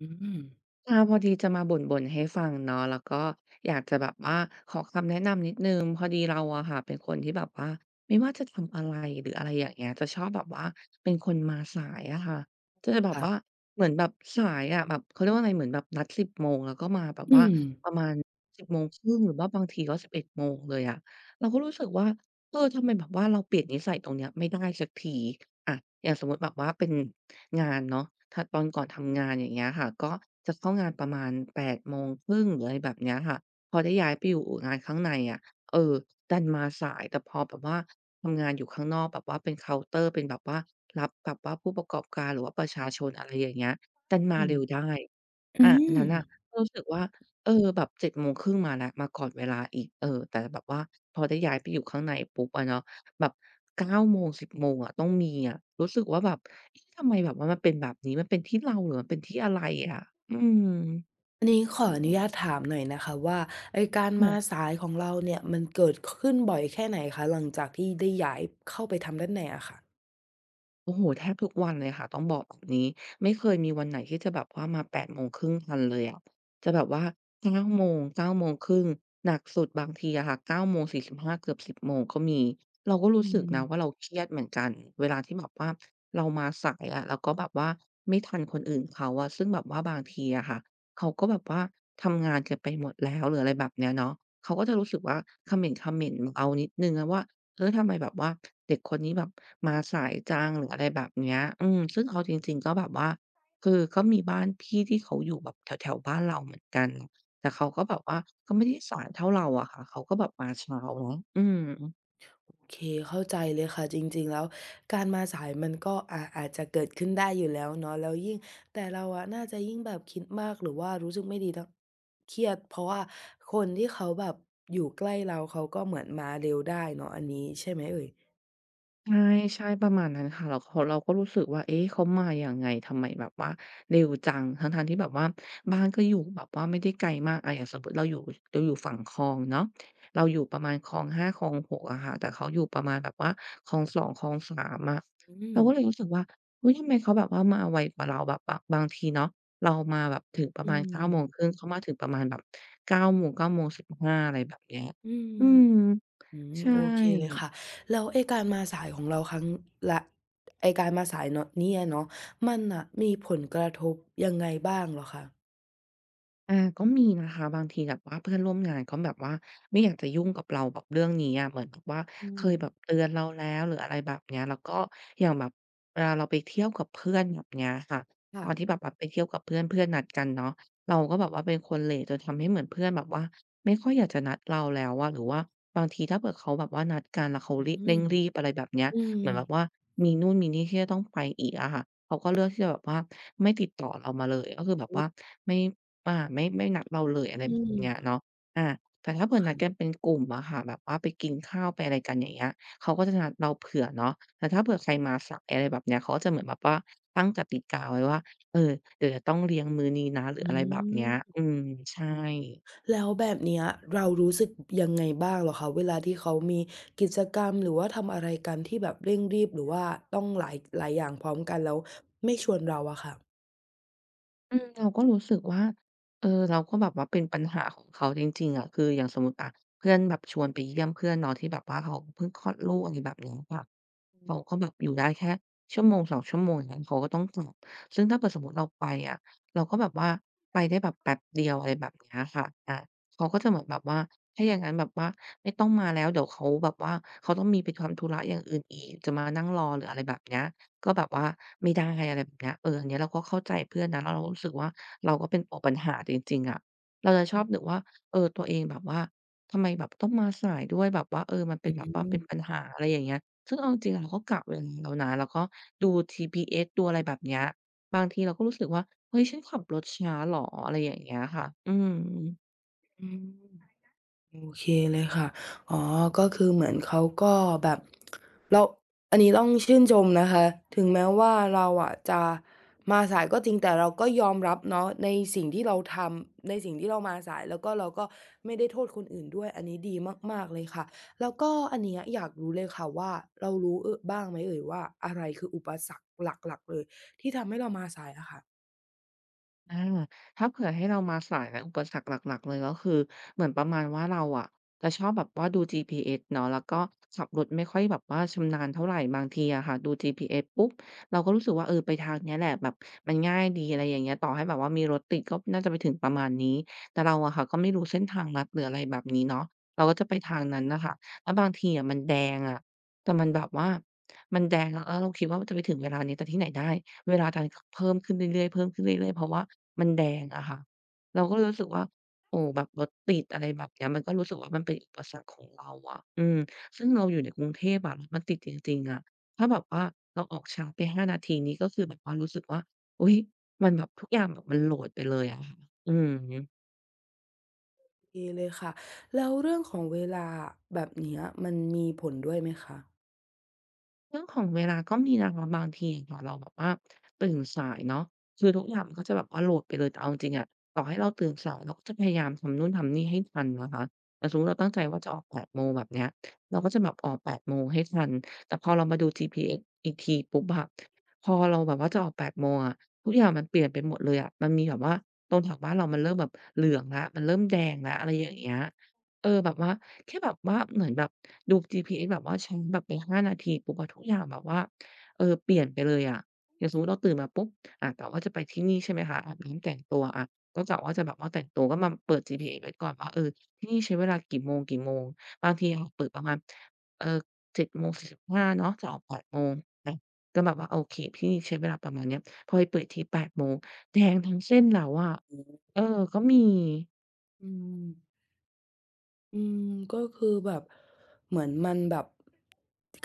อืมค่ะพอดีจะมาบ่นๆให้ฟังเนาะแล้วก็อยากจะแบบว่าขอคำแนะนำนิดหนึ่งพอดีเราอะค่ะเป็นคนที่แบบว่าไม่ว่าจะทำอะไรหรืออะไรอย่างเงี้ยจะชอบแบบว่าเป็นคนมาสายอะค่ะจะแบบว่าค่ะเหมือนแบบสายอะแบบเขาเรียกว่าอะไรเหมือนแบบนัด10โมงแล้วก็มาแบบอืว่ามประมาณ1 0่งหรือว่าบางทีก็11โมงเลยอะเราก็รู้สึกว่าเออทำไมแบบว่าเราเปลี่ยนนิสัยตรงเนี้ยไม่ได้สักที อะอย่างสมมุติแบบว่าเป็นงานเนาะถ้าตอนก่อนทำงานอย่างเงี้ยค่ะก็จะเข้างานประมาณแปดโมงครึ่งหรืออะไรแบบเนี้ยค่ะพอได้ย้ายไปอยู่งานข้างในอะเออดันมาสายแต่พอแบบว่าทำงานอยู่ข้างนอกแบบว่าเป็นเคาน์เตอร์เป็นแบบว่ารับแบบว่าผู้ประกอบการหรือว่าประชาชนอะไรอย่างเงี้ยดันมาอืเร็วได้มอือันมนั้นน่ะก็รู้สึกว่าเออแบบ7:30มงครึ่งมาแล้วมาก่อนเวลาอีกเออแต่แบบว่าพอได้ย้ายไปอยู่ข้างในปุ๊บอะเนาะ แบบ9โมง10โมงอะต้องมีอะรู้สึกว่าแบบเอ๊ะทำไมแบบว่ามันเป็นแบบนี้มันเป็นที่เราหรือมันเป็นที่อะไรอะอืม อันนี้ขออนุญาตถามหน่อยนะคะว่าไอ้การมาสายของเราเนี่ยมันเกิดขึ้นบ่อยแค่ไหนคะหลังจากที่ได้ย้ายเข้าไปทำด้านในอะค่ะโอ้โหแทบทุกวันเลยค่ะต้องบอกแบบนี้ไม่เคยมีวันไหนที่จะแบบว่ามาแปดโมงครึ่งทันเลยอะจะแบบว่า9โมงเก้าโมงครึ3 0หนักสุดบางทีอะค่ะ9:45เกือบ10โมงก็มีเราก็รู้อืสึกมนะว่าเราเครียดเหมือนกันเวลาที่แบบว่าเรามาสายอะแล้วก็แบบว่าไม่ทันคนอื่นเขาอะซึ่งแบบว่าบางทีอะค่ะเขาก็แบบว่าทำงานกันไปหมดแล้วหรืออะไรแบบเนี้ยเนาะเขาก็จะรู้สึกว่าคอมเมนต์คอม่งๆมาเอานิดนึงนะว่า เออทำไมแบบว่าเด็กคนนี้แบบมาสายจังหรืออะไรแบบเนี้ยอืมซึ่งเอาจริงๆก็แบบว่าคือก็มีบ้านพี่ที่เขาอยู่แบบแถวๆบ้านเราเหมือนกันแต่เขาก็แบบว่าก็ไม่ได้สายเท่าเราอะค่ะเขาก็แบบมาเช้าเนาะอืม โอเคเข้าใจเลยค่ะจริงๆแล้วการมาสายมันก็อาจจะเกิดขึ้นได้อยู่แล้วเนาะแล้วยิ่งแต่เราอะน่าจะยิ่งแบบคิดมากหรือว่ารู้สึกไม่ดีแล้วเครียดเพราะว่าคนที่เขาแบบอยู่ใกล้เราเขาก็เหมือนมาเร็วได้เนาะอันนี้ใช่ไหมเอ่ยใช่ใช่ประมาณนั้นค่ะเราเราก็รู้สึกว่าเอ๊ะเขามายังไงทำไมแบบว่าเร็วจังทั้งๆที่แบบว่าบ้านก็อยู่แบบว่าไม่ได้ไกลมากอย่างสมมุติเราอยู่เราอยู่ฝั่งคลองเนาะเราอยู่ประมาณคลอง5คลอง6อะค่ะแต่เขาอยู่ประมาณแบบว่าคลอง2คลอง3อะอืเราม ก็เลยรู้สึกว่าอุ๊ยทำไมเขาแบบว่ามาไวกว่าเราแบบบางทีเนาะเรามาแบบถึงประอืมาณเก้าโมงครึ่มงเขามาถึงประมาณแบบเก้าโมง9:15อะไรแบบเนี้ยอืมอืมอืมใช่ โอเคเลยค่ะแล้วไอ้การมาสายของเราครั้งละไอ้การมาสายเนาะเนี่ยเนาะมันน่ะมีผลกระทบยังไงบ้างเหรอคะก็มีนะคะบางทีแบบว่าเพื่อนร่วมงานเขาแบบว่าไม่อยากจะยุ่งกับเราแบบเรื่องนี้อะเหมือนแบบว่าอืเคมยแบบเตือนเราแล้วหรืออะไรแบบเนี้ยแล้วก็อย่างแบบเวลาเราไปเที่ยวกับเพื่อนแบบเนี้ยค่ะตค่ะอนที่แบบว่าไปเที่ยวกับเพื่อนเพื่อนนัดกันเนาะเราก็แบบว่าเป็นคนเหละจนทำให้เหมือนเพื่อนแบบว่าไม่ค่อยอยากจะนัดเราแล้วอะหรือว่าบางทีถ้าเกิดเขาแบบว่านัดกันแล้วเขาอืรีบเร่งมรีบอะไรแบบเนี้ยอืมเหมือนแบบว่ามีนู่นมีนี่ที่จะต้องไปอีกอะค่ะเขาก็เลือกที่จะแบบว่าไม่ติดต่อเรามาเลยก็คือแบบว่าไม่ ไม่นัดเราเลยอะไรอืแบบเนี้ยมเนาะอาแต่ถ้าเผื่อนัดกันเป็นกลุ่มอะค่ะแบบว่าไปกินข้าวไปอะไรกันอย่างเงี้ยเขาก็จะนัดเราเผื่อเนาะแต่ถ้าเผื่อใครมาสายอะไรแบบเนี้ยเขาก็จะเหมือนแบบว่าตั้งกติกาไว้ว่าเออเดี๋ยวจะต้องเลี้ยงมื้อนี้นะหรืออือะไรแบบเนี้ยอืมใช่ มแล้วแบบเนี้ยเรารู้สึกยังไงบ้างเหรอคะเวลาที่เขามีกิจกรรมหรือว่าทำอะไรกันที่แบบเร่งรีบหรือว่าต้องหลายอย่างพร้อมกันแล้วไม่ชวนเราอะค่ะอืมเราก็รู้สึกว่าเออเราก็แบบว่าเป็นปัญหาของเขาจริงๆอะคืออย่างสมมุติอะเพื่อนแบบชวนไปเยี่ยมเพื่อนเนาะที่แบบว่าเขาเพิ่งคลอดลูกอะไรแบบนี้ค่ะเขาก็แบบอยู่ได้แค่ชั่วโมงสองชั่วโมงอย่างเงี้ยเขาก็ต้องกลับซึ่งถ้าเกิดสมมุติเราไปอะเราก็แบบว่าไปได้แบบแป๊บเดียวอะไรแบบเนี้ยค่ะเขาก็จะเหมือนแบบว่าถ้าอย่างงั้นแบบว่าไม่ต้องมาแล้วเดี๋ยวเขาแบบว่าเขาต้องมีไปทำธุระอย่างอื่นอีกจะมานั่งรอหรืออะไรแบบเนี้ย ก็แบบว่าไม่ได้อะไรแบบเนี้ยอันเนี้ยเราก็เข้าใจเพื่อนนะแล้วเรารู้สึกว่าเราก็เป็นตัวปัญหาจริงๆอะเราจะชอบนึกว่าตัวเองแบบว่าทำไมแบบต้องมาสายด้วยแบบว่ามันเป็อืนแบบว่าเป็นปัมญหาอะไรอย่างเงี้ยซึ่งเอาจริงๆเราก็กะเวลาแล้วนะแล้วก็ดู GPS ดูอะไรแบบเนี้ยบางทีเราก็รู้สึกว่าเฮ้ยฉันขับรถช้าเหรออะไรอย่างเงี้ยค่ะอืม อืม โอเคเลยค่ะอ๋อก็คือเหมือนเขาก็แบบเราอันนี้ต้องชื่นชมนะคะถึงแม้ว่าเราอะจะมาสายก็จริงแต่เราก็ยอมรับเนาะในสิ่งที่เราทำในสิ่งที่เรามาสายแล้วก็เราก็ไม่ได้โทษคนอื่นด้วยอันนี้ดีมากๆเลยค่ะแล้วก็อันเนี้ยอยากรู้เลยค่ะว่าเรารู้บ้างไหมเอ่ยว่าอะไรคืออุปสรรคหลักๆเลยที่ทำให้เรามาสายอะค่ะอาถ้าเผื่อให้เรามาสายและอุปสรรคหลักๆเลยก็คือเหมือนประมาณว่าเราอะจะชอบแบบว่าดู GPS เนาะแล้วก็ขับรถไม่ค่อยแบบว่าชำนาญเท่าไรบางทีอะค่ะดู GPS ปุ๊บเราก็รู้สึกว่าไปทางเนี้ยแหละแบบมันง่ายดีอะไรอย่างเงี้ยต่อให้แบบว่ามีรถติดก็น่าจะไปถึงประมาณนี้แต่เราอะค่ะก็ไม่รู้เส้นทางลัดหรืออะไรแบบนี้เนาะเราก็จะไปทางนั้นน่ะค่ะแล้วบางทีอะมันแดงอะแต่มันแบบว่ามันแดงแล้วเราคิดว่ามันจะไปถึงเวลานี้แต่ที่ไหนได้ เวลาทานขเพิ่มขึ้นเรื่อยๆเพิ่มขึ้นเรื่อยๆเพราะว่ามันแดงอะค่ะเราก็รู้สึกว่าโอ้แบบรถติดอะไรแบบเนี้ยมันก็รู้สึกว่ามันเป็นอุปสรรคของเราอะอืมซึ่งเราอยู่ในกรุงเทพอะรถมันติดจริงๆอะถ้าแบบว่าเราออกช้าไป5นาทีนี่ก็คือแบบว่ารู้สึกว่าอุ๊ยมันแบบทุกอย่างแบบมันโหลดไปเลยอะค่ะอือฮึ โอเคเลยค่ะแล้วเรื่องของเวลาอะแบบเนี้ยมันมีผลด้วยไหมคะ เรื่องของเวลาก็มีนะคะบางทีอย่างเเราแบบว่าตื่นสายเนาะคือทุกอย่างมันก็จะแบบว่าโหลดไปเลยแต่เอาจริงๆอะต่อให้เราตื่นสายเราก็จะพยายามทำนู่นทำนี่ให้ทันนะคะแต่สมมุติเราตั้งใจว่าจะออก8โมงแบบเนี้ยเราก็จะแบบออกแปดโมงให้ทันแต่พอเรามาดู GPS อสอีกทีปุ๊บอะพอเราแบบว่าจะออก8โมงอะทุกอย่างมันเปลี่ยนไปหมดเลยอะมันมีแบบว่าตรงแถวบ้านเรามันเริ่มแบบเหลืองละมันเริ่มแดงแล้วอะไรอย่างเงี้ย แบบว่าแค่แบบว่าเหมือนแบบดู GPS แบบว่าใช้แบบไป5นาทีปุ๊บอะทุกอย่างแบบว่าเปลี่ยนไปเลยอะอย่างสมมุติเราตื่นมาปุ๊บอะกะว่าจะไปที่นี่ใช่ไหมคะอาบน้ำแต่งตัวอะก็กะว่าจะแบบว่าแต่งตัวก็มาเปิด GPS ไว้ก่อนว่าที่นี่ใช้เวลากี่โมงๆบางทีอะเปิดประมาณเอ่อเจ็ดโมงสี่สิบห้าเนาะจะออก8:00นะก็แบบว่าโอเคที่นี่ใช้เวลาประมาณเนี้ยพอไปเปิดอีกที8มงแดงทั้งเส้นแล้วอะเออก็มี อืมอืมก็คือแบบเหมือนมันแบบ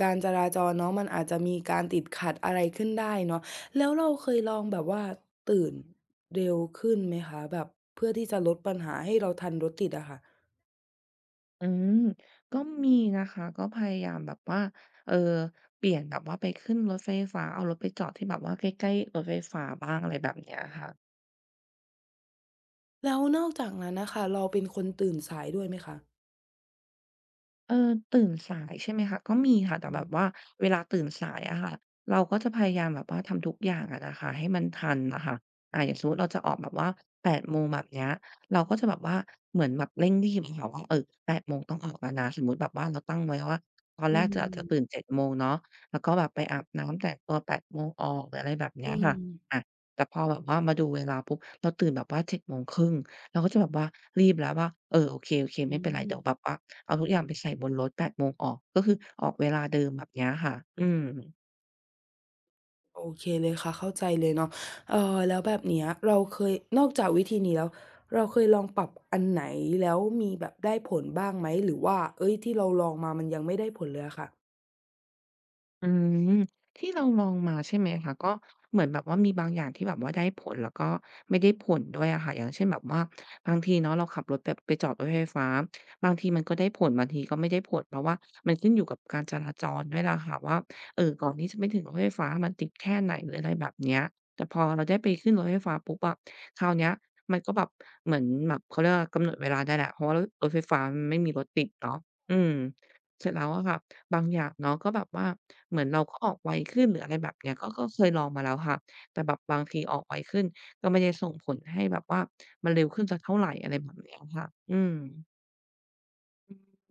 การจราจรเนาะมันอาจจะมีการติดขัดอะไรขึ้นได้เนาะแล้วเราเคยลองแบบว่าตื่นเร็วขึ้นไหมคะแบบเพื่อที่จะลดปัญหาให้เราทันรถติดอะค่ะอืมก็มีนะคะก็พยายามแบบว่าเออเปลี่ยนแบบว่าไปขึ้นรถไฟฟ้าเอารถไปจอดที่แบบว่าใกล้ๆรถไฟฟ้าบ้างอะไรแบบเนี้ยค่ะ แล้วนอกจากนั้นน่ะค่ะเราเป็นคนตื่นสายด้วยไหมคะเออตื่นสายใช่ไหมคะก็มีค่ะแต่อืแบบมว่าเวลาตื่นสายอะค่ะเราก็จะพยายามแบบว่าทำทุกอย่างอะนะคะให้มันทันนะคะอ่าอย่างสมมุติเราจะออกแบบว่าแปดโมงแบบเนี้ยเราก็จะแบบว่าเหมือนแบบเร่งรีบอะค่ะว่าแปดโมงต้องออกแล้วนะสมมติแบบว่าเราตั้งไว้ว่าตอนอืแรกจะอาจจะตื่มน7โมงเนาะแล้วก็แบบไปอาบน้ำแต่งตัว8โมงออกหรืออะไรแบบเนี้ยอืค่ะมอะแต่พอแบบว่ามาดูเวลาปุ๊บเราตื่นแบบว่า7โมงครึ่งเราก็จะแบบว่ารีบแล้วว่าโอเคโอเคอืไม่เป็นไรเดี๋ยวแบม บว่า เอาทุกอย่างไปใส่บนรถ8โมงออกก็คือออกเวลาเดิมแบบเนี้ยค่ะอืม โอเคเลยค่ะเข้าใจเลยเนาะแล้วแบบเนี้ยเราเคยนอกจากวิธีนี้แล้วเราเคยลองปรับอันไหนแล้วมีแบบได้ผลบ้างไหมหรือว่าเฮ้ยที่เราลองมามันยังไม่ได้ผลเลยอะค่ะ อืมที่เราลองมาใช่ไหมคะก็เหมือนแบบว่ามีบางอย่างที่แบบว่าได้ผลแล้วก็ไม่ได้ผลด้วยอะค่ะอย่างเช่นแบบว่าบางทีเนาะเราขับรถแบบไปจอดรถไฟฟ้าบางทีมันก็ได้ผลบางทีก็ไม่ได้ผลเพราะว่ามันขึ้นอยู่กับการจราจรด้วยล่ะค่ะว่าก่อนที่จะไปถึงรถไฟฟ้ามันติดแค่ไหนหรืออะไรแบบเนี้ยแต่พอเราได้ไปขึ้นรถไฟฟ้าปุ๊บอะคราวเนี้ยมันก็แบบเหมือนแบบเขาเรียกว่ากำหนดเวลาได้แล้วเพราะว่ารถรถไฟฟ้ามันไม่มีรถติดเนาะอืมเสร็จแล้วอะค่ะ บางอย่างเนาะก็แบบว่าเหมือนเราก็ออกไวขึ้นหรืออะไรแบบเนี้ยก็เคยลองมาแล้วค่ะแต่แบบบางทีออกไวขึ้นก็ไม่ได้ส่งผลให้แบบว่ามันเร็วขึ้นสักเท่าไรอะไรแบบเนี้ยค่ะอืม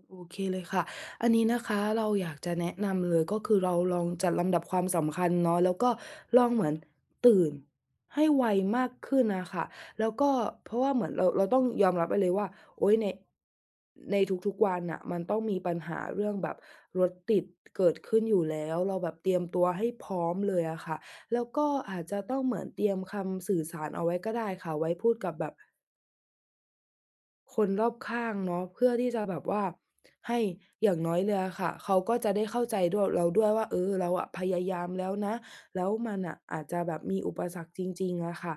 โอเคเลยค่ะ อันนี้นะคะเราอยากจะแนะนำเลยก็คือเราลองจัดลำดับความสำคัญเนาะแล้วก็ลองเหมือนตื่นให้ไวมากขึ้นน่ะค่ะแล้วก็เพราะว่าเหมือนเราต้องยอมรับไปเลยว่าโอ๊ยในทุกๆวันน่ะมันต้องมีปัญหาเรื่องแบบรถติดเกิดขึ้นอยู่แล้วเราแบบเตรียมตัวให้พร้อมเลยอะค่ะแล้วก็อาจจะต้องเหมือนเตรียมคำสื่อสารเอาไว้ก็ได้ค่ะไว้พูดกับแบบ คนรอบข้างเนาะเพื่อที่จะแบบว่าให้อย่างน้อยเลยอะค่ะเขาก็จะได้เข้าใจด้วยเราด้วยว่าเออเราอะพยายามแล้วนะแล้วมันน่ะอาจจะแบบมีอุปสรรคจริงๆอะค่ะ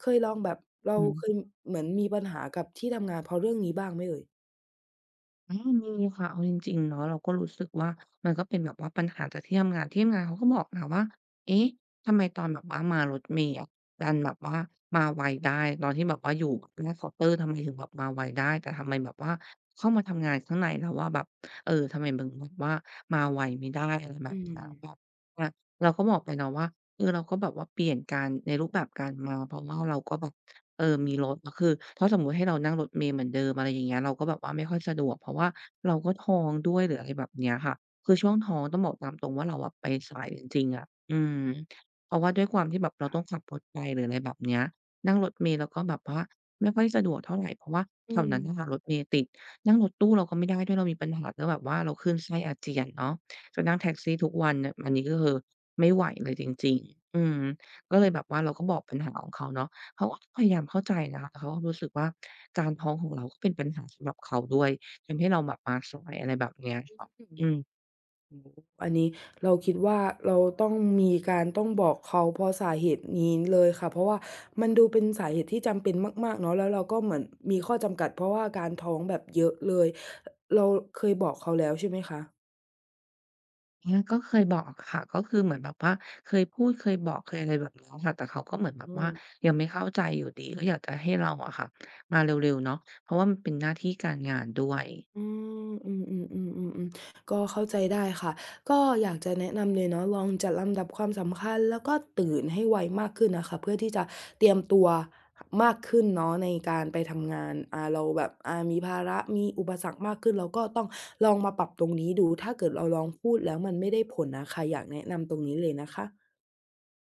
เคยลองแบบเราอืม เคยเหมือนมีปัญหากับที่ทำงานเพราะเรื่องนี้บ้างไหมเอ่ยอืมมีค่ะเอาจริงๆเนาะเราก็รู้สึกว่ามันก็เป็นแบบว่าปัญหาจากที่ทำงานเขาก็บอกนะว่าเอ๊ะทำไมตอนแบบว่ามารถเมล์อะดันแบบว่ามาไวได้ตอนที่แบบว่าอยู่หน้าเคาน์เตอร์ทำไมถึงแบบมาไวได้แต่ทำไมแบบว่าเข้ามาทำงานข้างในแล้วอะแบบเออทำไมมึงแบบว่ามาไวไม่ได้อะไรแบบอืเนี้ยแบบมอะเราก็บอกไปเนาะว่าเออเราก็แบบว่าเปลี่ยนการในรูปแบบการมาเพราะว่าเราก็แบบ เออมีรถก็คือถ้าสมมุติให้เรานั่งรถเมล์เหมือนเดิมอะไรอย่างเงี้ยเราก็แบบว่าไม่ค่อยสะดวกเพราะว่าเราก็ท้องด้วยหรืออะไรแบบเนี้ยค่ะ คือช่วงท้องต้องบอกตามตรงว่าเราอะไปสายจริงๆอะอืมเพราะว่าด้วยความที่แบบเราต้องขับรถไปหรืออะไรแบบเนี้ยนั่งรถเมล์เราก็แบบว่าไม่ค่อยสะดวกเท่าไรเพราะว่าแถอืวม นั้นน่ะค่ะรถเมล์ติดนั่งรถตู้เราก็ไม่ได้ด้วยเรามีปัญหาเรื่องแบบว่าเราคลื่นไส้อาเจียนเนาะจะนั่งแท็กซี่ทุกวันเนี่ยอันนี้ก็คือไม่ไหวเลยจริงๆอืมก็เลยแบบว่าเราก็บอกปัญหาของเขาเนาะ เขาก็พยายามเข้าใจนะคะแต่เขาก็รู้สึกว่าการท้องของเราก็เป็นปัญหาสำหรับเขาด้วยทำให้เราแบบมาสายอะไรแบบเนี้ยค่ะอืมโอ้โฮอันนี้เราคิดว่าเราต้องมีการต้องบอกเขาเพราะสาเหตุนี้เลยค่ะเพราะว่ามันดูเป็นสาเหตุที่จำเป็นมากๆเนาะแล้วเราก็เหมือนมีข้อจำกัดเพราะว่าการท้องแบบเยอะเลยเราเคยบอกเขาแล้วใช่ไหมคะเนี่ยก็เคยบอกค่ะก็คือเหมือนแบบว่าเคยพูดเคยบอกเคยอะไรแบบเนี้ยค่ะแต่เขาก็เหมือนแบบอืว่าม ยังไม่เข้าใจอยู่ดีก็อยากจะให้เราอะค่ะมาเร็วๆเนาะเพราะว่ามันเป็นหน้าที่การงานด้วย อืมอืมอืมอืมอืมอืมก็เข้าใจได้ค่ะก็อยากจะแนะนำเลยเนาะลองจัดลำดับความสำคัญแล้วก็ตื่นให้ไวมากขึ้นน่ะค่ะเพื่อที่จะเตรียมตัวมากขึ้นเนาะในการไปทำงานเราแบบมีภาระมีอุปสรรคมากขึ้นเราก็ต้องลองมาปรับตรงนี้ดูถ้าเกิดเราลองพูดแล้วมันไม่ได้ผลอะค่ะอยากแนะนำตรงนี้เลยนะคะ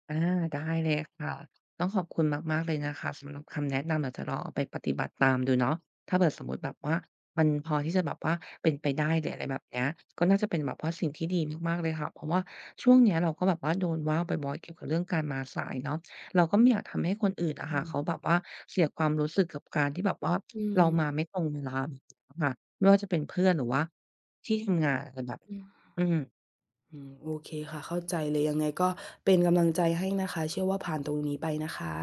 อาได้เลยค่ะต้องขอบคุณมากๆเลยนะคะสำหรับคำแนะนำเดี๋ยวจะลองเอาไปปฏิบัติตามดูเนาะถ้าเผื่อสมมุติแบบว่ามันพอที่จะแบบว่าเป็นไปได้หรืออะไรแบบเนี้ยก็น่าจะเป็นแบบว่าสิ่งที่ดีมากๆเลยค่ะเพราะว่าช่วงเนี้ยเราก็แบบว่าโดนว่าบ่อยๆเกี่ยวกับเรื่องการมาสายเนาะเราก็ไม่อยากทำให้คนอื่นอะค่ะอืเขาแบมบว่าเสียความรู้สึกกับการที่แบบว่าอืเรามมาไม่ตรงเวลาแบบเนี้ยค่ะไม่ว่าจะเป็นเพื่อนหรือว่าที่ทำงานอะไรแบบอืมอืมอืมโอเคค่ะเข้าใจเลยยังไงก็เป็นกำลังใจให้นะคะเชื่อว่าผ่านตรงนี้ไปนะคะ